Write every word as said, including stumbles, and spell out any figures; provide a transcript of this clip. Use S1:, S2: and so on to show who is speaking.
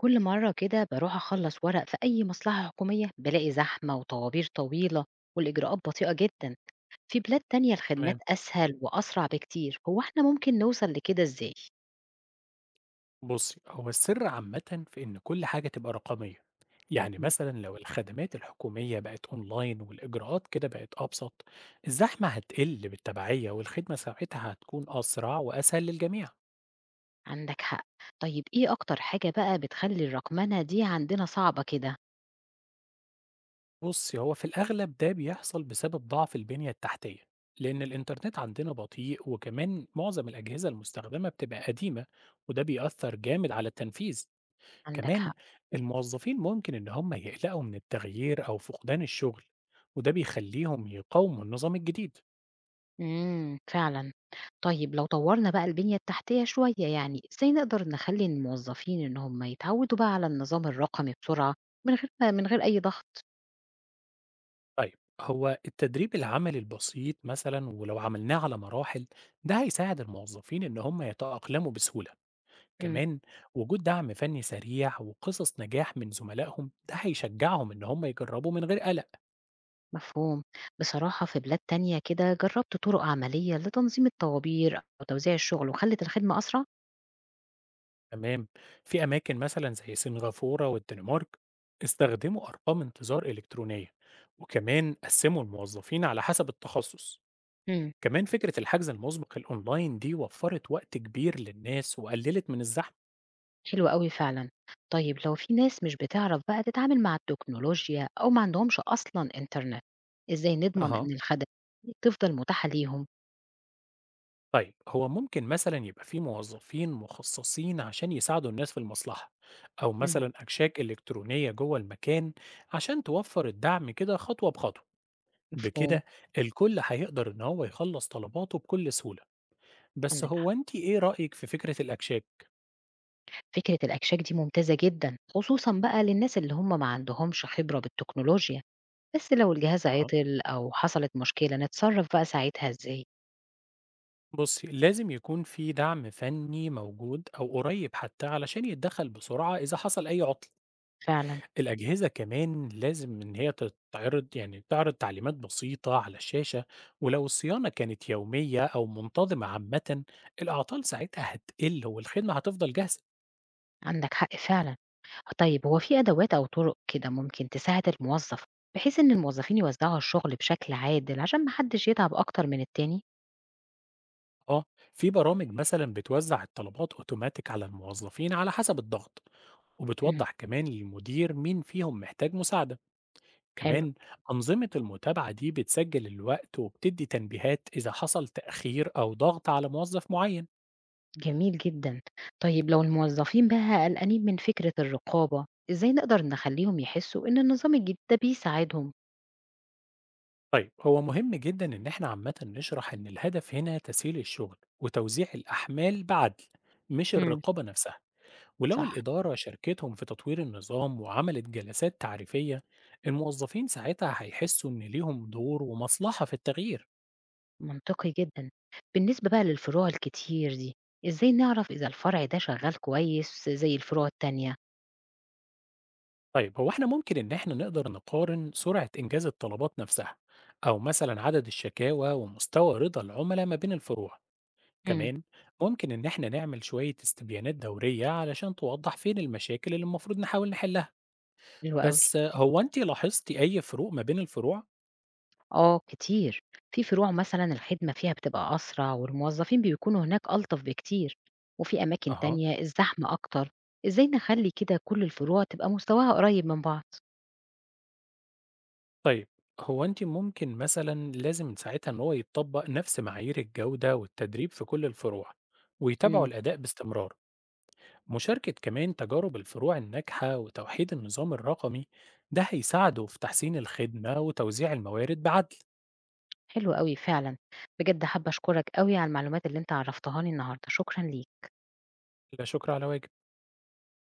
S1: كل مرة كده باروح أخلّص ورق في أي مصلحة حكومية، بالاقي زحمة وطوابير طويلة والإجراءات بطيئة جدًا. في بلاد تانية الخدمات
S2: تمام.
S1: أسهل وأسرع بكتير، هو إحنا ممكن نوصل لكده إزاي؟
S2: بُصّي، هو السر عامةً في إن كل حاجة تبقى رقمية، يعني
S1: إمم.
S2: مثلًا لو الخدمات الحكومية بقت أونلاين والإجراءات كده بقت أبسط، الزحمة هتقل بالتبعية والخدمة ساعتها هتكون أسرع وأسهل للجميع.
S1: عندك حق. طيب إيه أكتر حاجة بقى بتخلّي الرقمنة دي عندنا صعبة كده؟
S2: بُصّي، هو في الأغلب ده بيحصل بسبب ضعف البنية التحتية، لأن الإنترنت عندنا بطيء وكمان معظم الأجهزة المستخدمة بتبقى قديمة، وده بيأثّر جامد على التنفيذ.
S1: عندك
S2: كمان
S1: حق.
S2: الموظفين ممكن إن هم يقلقوا من التغيير أو فقدان الشغل، وده بيخليهم يقاوموا النظام الجديد.
S1: إمم، فعلًا. طيب لو طوّرنا بقى البنية التحتية شوية يعني، إزاي نقدر نخلّي الموظفين إن هم يتعوّدوا بقى على النظام الرقمي بسرعة من غير ما من غير أي ضغط؟
S2: طيب، هو التدريب العملي البسيط مثلا ولو عملناه على مراحل ده هيساعد الموظفين إن هم يتأقلموا بسهولة.
S1: إمم.
S2: كمان وجود دعم فني سريع وقصص نجاح من زملائهم ده هيشجعهم إن هم يجربوا من غير قلق.
S1: مفهوم. بصراحة في بلاد تانية كده جربت طرق عملية لتنظيم الطوابير أو توزيع الشغل وخلت الخدمة أسرع.
S2: تمام. في أماكن مثلا زي سنغافورة والدنمارك استخدموا أرقام انتظار إلكترونية، وكمان قسموا الموظفين على حسب التخصص.
S1: مم.
S2: كمان فكرة الحجز المسبق الأونلاين دي وفرت وقت كبير للناس وقللت من الزحمة.
S1: حلو قوي فعلا. طيب لو في ناس مش بتعرف بقى تتعامل مع التكنولوجيا أو ما عندهمش أصلا إنترنت، إزاي نضمن
S2: اها.
S1: إن الخدمة دي تفضل متاحة ليهم؟
S2: طيب، هو ممكن مثلا يبقى في موظفين مخصصين عشان يساعدوا الناس في المصلحة، أو
S1: مم.
S2: مثلا أكشاك إلكترونية جوه المكان عشان توفر الدعم كده خطوة بخطوة.
S1: مفهوم.
S2: بكده الكل هيقدر إن هو يخلص طلباته بكل سهولة. بس
S1: عندك
S2: هو
S1: حق.
S2: أنتِ إيه رأيِك في فكرة الأكشاك؟
S1: فكرة الأكشاك دي ممتازة جدا، خصوصا بقى للناس اللي هم ما عندهمش خبرة بالتكنولوجيا. بس لو الجهاز
S2: أها.
S1: عطل أو حصلت مشكلة، نتصرف بقى ساعتها إزاي؟
S2: بُصّي، لازم يكون في دعم فني موجود أو قريب حتى علشان يتدخّل بسرعة إذا حصل أي عطل.
S1: فعلا،
S2: الأجهزة كمان لازم إن هي تتعرض يعني تعرض تعليمات بسيطة على الشاشة، ولو الصيانة كانت يومية أو منتظمة عامةً، الأعطال ساعتها هتقل والخدمة هتفضل جاهزة.
S1: عندك حق فعلا. طيب هو في أدوات أو طرق كده ممكن تساعد الموظف، بحيث إن الموظفين يوزعوا الشغل بشكل عادل عشان محدش يتعب أكتر من التاني؟
S2: آه، في برامج مثلًا بتوزّع الطلبات أوتوماتيك على الموظفين على حسب الضغط،
S1: مم.
S2: وبتوضّح كمان للمدير مين فيهم محتاج مساعدة.
S1: حلو.
S2: كمان أنظمة المتابعة دي بتسجل الوقت وبتدي تنبيهات إذا حصل تأخير أو ضغط على موظف معين.
S1: جميل جدا. طيب لو الموظفين بقى قلقانين من فكرة الرقابة، إزاي نقدر نخليهم يحسوا إن النظام الجديد ده بيساعدهم؟
S2: طيب، هو مهم جدا إن إحنا عامة نشرح إن الهدف هنا تسهيل الشغل وتوزيع الأحمال بعدل، مش
S1: مم.
S2: الرقابة نفسها. ولو
S1: صح.
S2: الإدارة شاركتهم في تطوير النظام وعملت جلسات تعريفية، الموظفين ساعتها هيحسوا إن ليهم دور ومصلحة في التغيير.
S1: منطقي جدا. بالنسبة بقى للفروع الكتير دي، إزاي نعرف إذا الفرع ده شغال كويس زي الفروع التانية؟
S2: طيب، هو احنا ممكن ان احنا نقدر نقارن سرعة انجاز الطلبات نفسها، او مثلا عدد الشكاوى ومستوى رضا العملاء ما بين الفروع.
S1: مم.
S2: كمان ممكن ان احنا نعمل شوية استبيانات دورية علشان توضح فين المشاكل اللي المفروض نحاول نحلها.
S1: حلو أوي.
S2: بس آه، هو انت لاحظتي اي فروق ما بين الفروع؟
S1: آه كتير. في فروع مثلا الخدمة فيها بتبقى أسرع والموظفين بيكونوا هناك ألطف بكتير، وفي أماكن
S2: اها.
S1: تانية الزحمة أكتر. إزاي نخلي كده كل الفروع تبقى مستواها قريب من بعض؟
S2: طيب، هو انت ممكن مثلا لازم ساعتها ان هو يطبق نفس معايير الجودة والتدريب في كل الفروع ويتابعوا
S1: مم.
S2: الاداء باستمرار. مشاركة كمان تجارب الفروع الناجحة وتوحيد النظام الرقمي ده هيساعده في تحسين الخدمة وتوزيع الموارد بعدل.
S1: حلو قوي فعلا. بجد حابة أشكرك قوي على المعلومات اللي أنت عرفتهاني النهاردة، شكرا ليك.
S2: لا شكر على واجب.